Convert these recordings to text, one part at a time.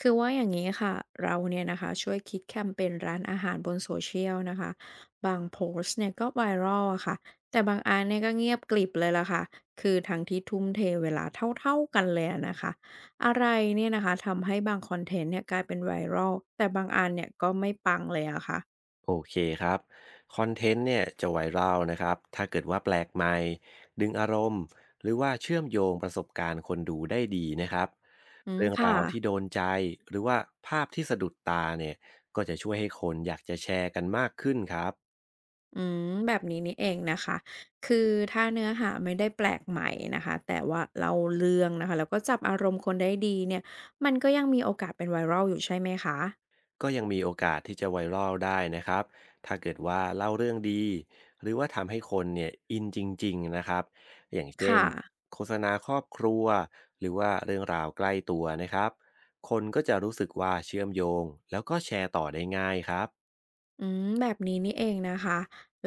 คือว่าอย่างนี้ค่ะเราเนี่ยนะคะช่วยคิดแคมเปญร้านอาหารบนโซเชียลนะคะบางโพสต์เนี่ยก็ไวรัลอะค่ะแต่บางอันเนี่ยก็เงียบกลิบเลยล่ะค่ะคือทั้งที่ทุ่มเทเวลาเท่าๆกันเลยอะนะคะอะไรเนี่ยนะคะทำให้บางคอนเทนต์เนี่ยกลายเป็นไวรัลแต่บางอันเนี่ยก็ไม่ปังเลยอะคะโอเคครับคอนเทนต์เนี่ยจะไวรัลนะครับถ้าเกิดว่าแปลกใหม่ดึงอารมณ์หรือว่าเชื่อมโยงประสบการณ์คนดูได้ดีนะครับอืมเรื่องค่ะ ราวที่โดนใจหรือว่าภาพที่สะดุดตาเนี่ยก็จะช่วยให้คนอยากจะแชร์กันมากขึ้นครับ อืมแบบนี้นี่เองนะคะคือถ้าเนื้อหาไม่ได้แปลกใหม่นะคะแต่ว่าเล่าเรื่องนะคะแล้วก็จับอารมณ์คนได้ดีเนี่ยมันก็ยังมีโอกาสเป็น viral อยู่ใช่ไหมคะก็ยังมีโอกาสที่จะไวรัลได้นะครับ ถ้าเกิดว่าเล่าเรื่องดีหรือว่าทำให้คนเนี่ยอินจริงๆนะครับ อย่างเช่นค่ะโฆษณาครอบครัวหรือว่าเรื่องราวใกล้ตัวนะครับคนก็จะรู้สึกว่าเชื่อมโยงแล้วก็แชร์ต่อได้ง่ายครับ อืมแบบนี้นี่เองนะคะ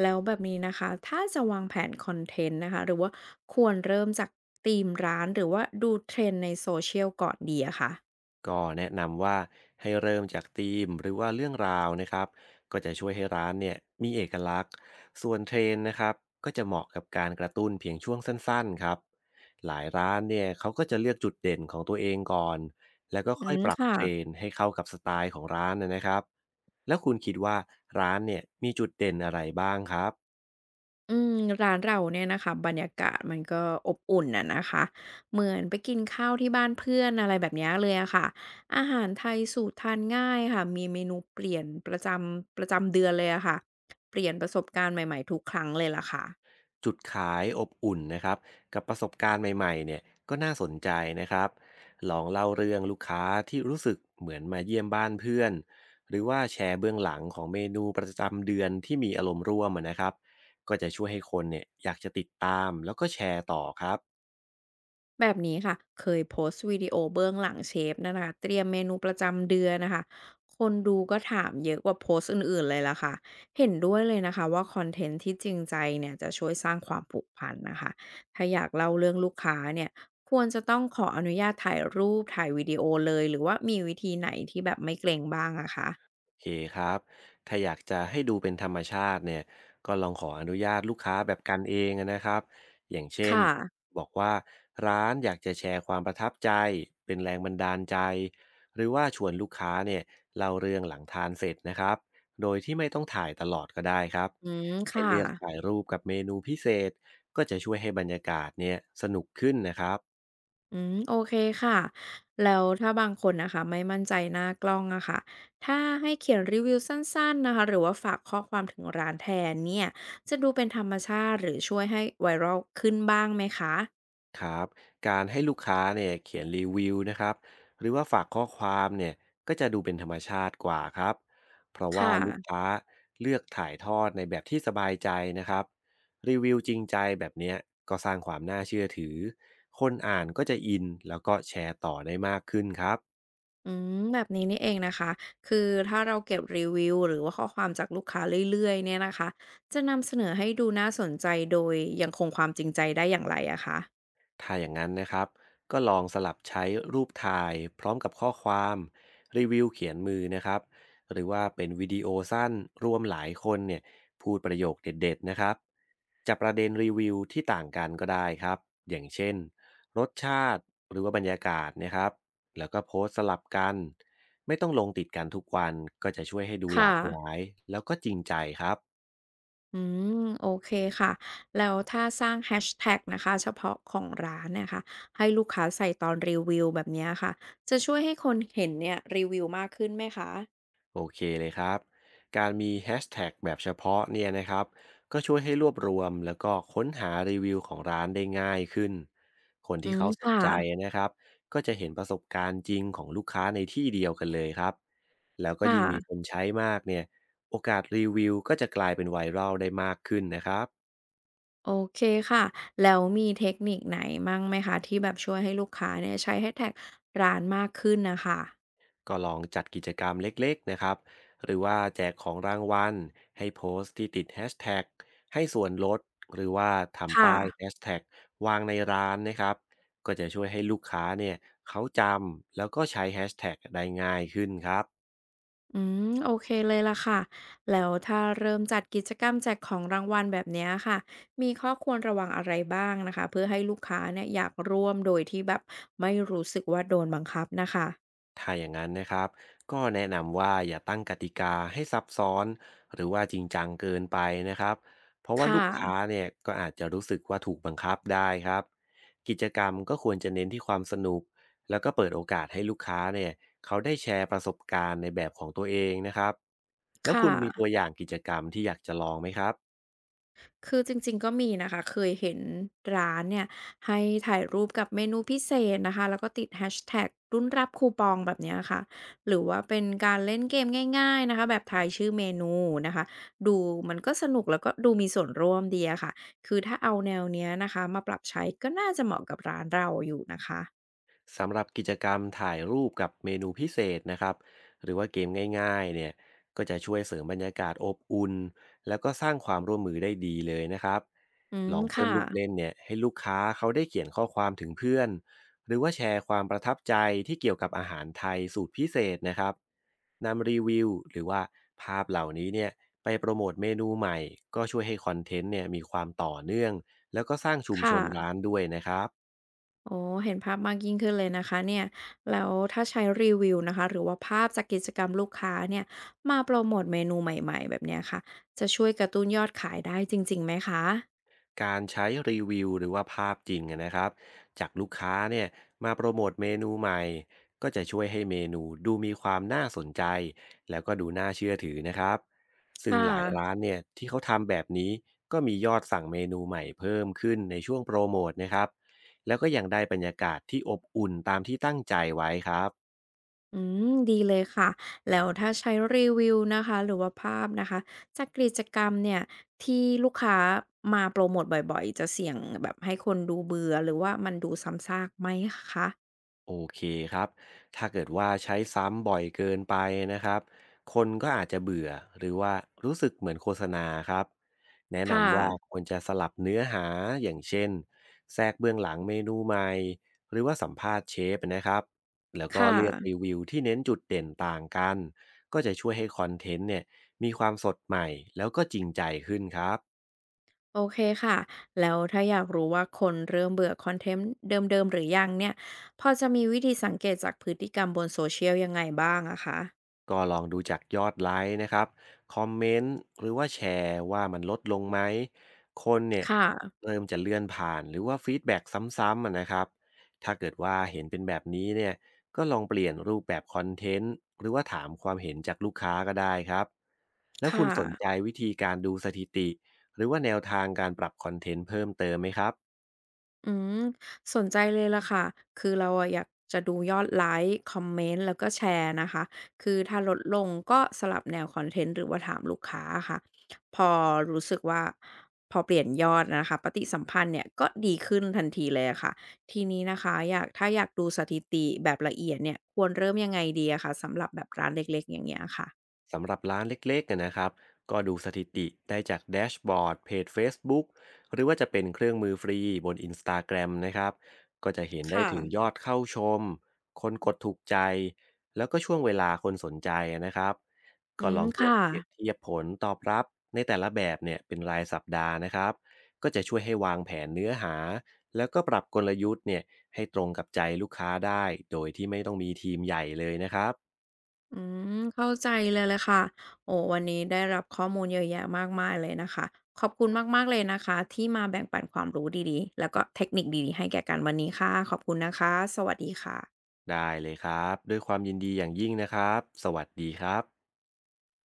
แล้วแบบนี้นะคะถ้าจะวางแผนคอนเทนต์นะคะหรือว่าควรเริ่มจากธีมร้านหรือว่าดูเทรนด์ในโซเชียลก่อนดีอะคะก็แนะนำว่าให้เริ่มจากธีมหรือว่าเรื่องราวนะครับก็จะช่วยให้ร้านเนี่ยมีเอกลักษณ์ส่วนเทรนด์นะครับก็จะเหมาะกับการกระตุ้นเพียงช่วงสั้นๆครับหลายร้านเนี่ยเขาก็จะเลือกจุดเด่นของตัวเองก่อนแล้วก็อืค่อยมปรับค่ะ เทรนด์ให้เข้ากับสไตล์ของร้านนะครับแล้วคุณคิดว่าร้านเนี่ยมีจุดเด่นอะไรบ้างครับ อืมร้านเราเนี่ยนะคะบรรยากาศมันก็อบอุ่นน่ะนะคะเหมือนไปกินข้าวที่บ้านเพื่อนอะไรแบบเนี้ยเลยอะค่ะอาหารไทยสูตรทานง่ายค่ะมีเมนูเปลี่ยนประจำเดือนเลยอะค่ะเปลี่ยนประสบการณ์ใหม่ๆทุกครั้งเลยล่ะค่ะ จุดขายอบอุ่นนะครับกับประสบการณ์ใหม่ๆเนี่ยก็น่าสนใจนะครับลองเล่าเรื่องลูกค้าที่รู้สึกเหมือนมาเยี่ยมบ้านเพื่อนหรือว่าแชร์เบื้องหลังของเมนูประจำเดือนที่มีอารมณ์ร่วมอะนะครับก็จะช่วยให้คนเนี่ยอยากจะติดตามแล้วก็แชร์ต่อครับ แบบนี้ค่ะเคยโพสต์วิดีโอเบื้องหลังเชฟนะคะเตรียมเมนูประจำเดือนนะคะคนดูก็ถามเยอะกว่าโพสต์อื่นๆเลยล่ะค่ะเห็นด้วยเลยนะคะว่าคอนเทนต์ที่จริงใจเนี่ยจะช่วยสร้างความผูกพันนะคะถ้าอยากเล่าเรื่องลูกค้าเนี่ยควรจะต้องขออนุญาตถ่ายรูปถ่ายวิดีโอเลยหรือว่ามีวิธีไหนที่แบบไม่เกรงบ้างอะคะโอเคครับถ้าอยากจะให้ดูเป็นธรรมชาติเนี่ยก็ลองขออนุญาตลูกค้าแบบกันเองนะครับอย่างเช่นค่ะบอกว่าร้านอยากจะแชร์ความประทับใจเป็นแรงบันดาลใจหรือว่าชวนลูกค้าเนี่ยเล่าเรื่องหลังทานเสร็จนะครับโดยที่ไม่ต้องถ่ายตลอดก็ได้ครับอืมให้ค่ะ เลือกถ่ายรูปกับเมนูพิเศษก็จะช่วยให้บรรยากาศเนี่ยสนุกขึ้นนะครับ อืมโอเคค่ะแล้วถ้าบางคนนะคะไม่มั่นใจหน้ากล้องอะค่ะถ้าให้เขียนรีวิวสั้นๆนะคะหรือว่าฝากข้อความถึงร้านแทนเนี่ยจะดูเป็นธรรมชาติหรือช่วยให้ v i ร a ลขึ้นบ้างไหมคะครับการให้ลูกค้าเนี่ยเขียนรีวิวนะครับหรือว่าฝากข้อความเนี่ยก็จะดูเป็นธรรมชาติกว่าครับเพราะค่ว่าลูกะค้าเลือกถ่ายทอดในแบบที่สบายใจนะครับรีวิวจริงใจแบบเนี้ยก็สร้างความน่าเชื่อถือคนอ่านก็จะอินแล้วก็แชร์ต่อได้มากขึ้นครับ อืมแบบนี้นี่เองนะคะคือถ้าเราเก็บรีวิวหรือว่าข้อความจากลูกค้าเรื่อยๆเนี่ยนะคะจะนำเสนอให้ดูน่าสนใจโดยยังคงความจริงใจได้อย่างไรอะคะถ้าอย่างนั้นนะครับก็ลองสลับใช้รูปถ่ายพร้อมกับข้อความรีวิวเขียนมือนะครับหรือว่าเป็นวิดีโอสั้นรวมหลายคนเนี่ยพูดประโยคเด็ดๆนะครับจากประเด็นรีวิวที่ต่างกันก็ได้ครับอย่างเช่นรสชาติหรือว่าบรรยากาศนะครับแล้วก็โพสต์สลับกันไม่ต้องลงติดกันทุกวันก็จะช่วยให้ดูหลาค่ะ กหลายแล้วก็จริงใจครับ อืมโอเคค่ะแล้วถ้าสร้างแฮชแท็กนะคะเฉพาะของร้านเนี่ยค่ะให้ลูกค้าใส่ตอนรีวิวแบบเนี้ยค่ะจะช่วยให้คนเห็นเนี่ยรีวิวมากขึ้นไหมคะโอเคเลยครับ การมีแฮชแท็กแบบเฉพาะเนี่ยนะครับก็ช่วยให้รวบรวมแล้วก็ค้นหารีวิวของร้านได้ง่ายขึ้นคนอืที่มเขาสนค่ะใจนะครับก็จะเห็นประสบการณ์จริงของลูกค้าในที่เดียวกันเลยครับแล้วก็ค่ะยิ่งมีคนใช้มากเนี่ยโอกาสรีวิวก็จะกลายเป็นไวรัลได้มากขึ้นนะครับ โอเคค่ะแล้วมีเทคนิคไหนมั่งไหมคะที่แบบช่วยให้ลูกค้าเนี่ยใช้แฮชแท็กร้านมากขึ้นนะคะก็ลองจัดกิจกรรมเล็กๆนะครับ หรือว่าแจกของรางวัลให้โพสต์ที่ติดแฮชแท็กให้ส่วนลดหรือว่าคทำป้ายแฮ่ะ ชแท็กวางในร้านนะครับ ก็จะช่วยให้ลูกค้าเนี่ยเขาจำแล้วก็ใช้แฮชแท็กได้ง่ายขึ้นครับ อืมโอเคเลยล่ะค่ะแล้วถ้าเริ่มจัดกิจกรรมแจกของรางวัลแบบเนี้ยค่ะมีข้อควรระวังอะไรบ้างนะคะเพื่อให้ลูกค้าเนี่ยอยากร่วมโดยที่แบบไม่รู้สึกว่าโดนบังคับนะคะถ้าอย่างนั้นนะครับก็แนะนำว่าอย่าตั้งกติกาให้ซับซ้อนหรือว่าจริงจังเกินไปนะครับเพราะคว่าลูกค้า่ะเนี่ยก็อาจจะรู้สึกว่าถูกบังคับได้ครับกิจกรรมก็ควรจะเน้นที่ความสนุกแล้วก็เปิดโอกาสให้ลูกค้าเนี่ยเขาได้แชร์ประสบการณ์ในแบบของตัวเองนะครับแล้วค่ะ คุณมีตัวอย่างกิจกรรมที่อยากจะลองไหมครับ คือจริงๆก็มีนะคะเคยเห็นร้านเนี่ยให้ถ่ายรูปกับเมนูพิเศษนะคะแล้วก็ติด hashtag รุ่นรับคูปองแบบเนี้ยค่ะหรือว่าเป็นการเล่นเกมง่ายๆนะคะแบบทายชื่อเมนูนะคะดูมันก็สนุกแล้วก็ดูมีส่วนร่วมดีอะค่ะคือถ้าเอาแนวเนี้ยนะคะมาปรับใช้ก็น่าจะเหมาะกับร้านเราอยู่นะคะสำหรับกิจกรรมถ่ายรูปกับเมนูพิเศษนะครับหรือว่าเกมง่ายๆเนี่ยก็จะช่วยเสริมบรรยากาศอบอุ่นแล้วก็สร้างความร่วมมือได้ดีเลยนะครับอืมลองเพิ่ค่ะมลูกเล่นเนี่ยให้ลูกค้าเขาได้เขียนข้อความถึงเพื่อนหรือว่าแชร์ความประทับใจที่เกี่ยวกับอาหารไทยสูตรพิเศษนะครับนำรีวิวหรือว่าภาพเหล่านี้เนี่ยไปโปรโมทเมนูใหม่ก็ช่วยให้คอนเทนต์เนี่ยมีความต่อเนื่องแล้วก็สร้างชุมชค่ะ นร้านด้วยนะครับ โอ้เห็นภาพมากยิ่งขึ้นเลยนะคะเนี่ยแล้วถ้าใช้รีวิวนะคะหรือว่าภาพจากกิจกรรมลูกค้าเนี่ยมาโปรโมทเมนูใหม่ๆแบบเนี้ยค่ะจะช่วยกระตุ้นยอดขายได้จริงๆไหมคะการใช้รีวิวหรือว่าภาพจริงอะนะครับจากลูกค้าเนี่ยมาโปรโมทเมนูใหม่ก็จะช่วยให้เมนูดูมีความน่าสนใจแล้วก็ดูน่าเชื่อถือนะครับซึ่งค่ะหลายร้านเนี่ยที่เขาทำแบบนี้ก็มียอดสั่งเมนูใหม่เพิ่มขึ้นในช่วงโปรโมทนะครับแล้วก็ยังได้บรรยากาศที่อบอุ่นตามที่ตั้งใจไว้ครับ อืมดีเลยค่ะแล้วถ้าใช้รีวิวนะคะหรือว่าภาพนะคะจากกิจกรรมเนี่ยที่ลูกค้ามาโปรโมทบ่อยๆจะเสี่ยงแบบให้คนดูเบื่อหรือว่ามันดูซ้ำซากไหมคะโอเคครับ ถ้าเกิดว่าใช้ซ้ำบ่อยเกินไปนะครับคนก็อาจจะเบื่อหรือว่ารู้สึกเหมือนโฆษณาครับแนะค่ะนำว่าควรจะสลับเนื้อหาอย่างเช่นแทรกเบื้องหลังเมนูใหม่หรือว่าสัมภาษณ์เชฟนะครับแล้วก็ค่ะ เลือกรีวิวที่เน้นจุดเด่นต่างกัน ก็จะช่วยให้คอนเทนต์เนี่ยมีความสดใหม่แล้วก็จริงใจขึ้นครับ โอเคค่ะ แล้วถ้าอยากรู้ว่าคนเริ่มเบื่อคอนเทนต์เดิมๆหรือยังเนี่ย พอจะมีวิธีสังเกตจากพฤติกรรมบนโซเชียลยังไงบ้างอะคะ ก็ลองดูจากยอดไลค์นะครับ คอมเมนต์หรือว่าแชร์ว่ามันลดลงไหม คนเนี่ยค่ะ เริ่มจะเลื่อนผ่านหรือว่าฟีดแบ็กซ้ำๆอะนะครับ ถ้าเกิดว่าเห็นเป็นแบบนี้เนี่ยก็ลองเปลี่ยนรูปแบบคอนเทนต์หรือว่าถามความเห็นจากลูกค้าก็ได้ครับ แล้วคุค่ะ ณสนใจวิธีการดูสถิติหรือว่าแนวทางการปรับคอนเทนต์เพิ่มเติมไหมครับ อืมสนใจเลยล่ะค่ะ คือเราอะอยากจะดูยอดไลค์คอมเมนต์แล้วก็แชร์นะคะ คือถ้าลดลงก็สลับแนวคอนเทนต์หรือว่าถามลูกค้าอะค่ะพอรู้สึกว่าพอเปลี่ยนยอดนะคะปฏิสัมพันธ์เนี่ยก็ดีขึ้นทันทีเลยอะค่ะทีนี้นะคะอยากถ้าอยากดูสถิติแบบละเอียดเนี่ยควรเริ่มยังไงดีอะคะสำหรับแบบร้านเล็กๆอย่างเงี้ยค่ะ สำหรับร้านเล็กๆเนยนะครับก็ดูสถิติได้จากแดชบอร์ดเพจ Facebook หรือว่าจะเป็นเครื่องมือฟรีบน Instagram นสตาแกรมนะครับก็จะเห็นได้ค่ะ ถึงยอดเข้าชมคนกดถูกใจแล้วก็ช่วงเวลาคนสนใจนะครับอืก็ลมองจค่ะ ดเปรียบเทียบผลตอบรับในแต่ละแบบเนี่ยเป็นรายสัปดาห์นะครับก็จะช่วยให้วางแผนเนื้อหาแล้วก็ปรับกลยุทธ์เนี่ยให้ตรงกับใจลูกค้าได้โดยที่ไม่ต้องมีทีมใหญ่เลยนะครับ อืมเข้าใจเลยแลยค่ะโอ้วันนี้ได้รับข้อมูลเยอะแยะมากมายเลยนะคะขอบคุณมากๆเลยนะคะที่มาแบ่งปันความรู้ดีๆแล้วก็เทคนิคดีๆให้แก่กันวันนี้ค่ะขอบคุณนะคะสวัสดีค่ะได้เลยครับด้วยความยินดีอย่างยิ่งนะครับ สวัสดีครับ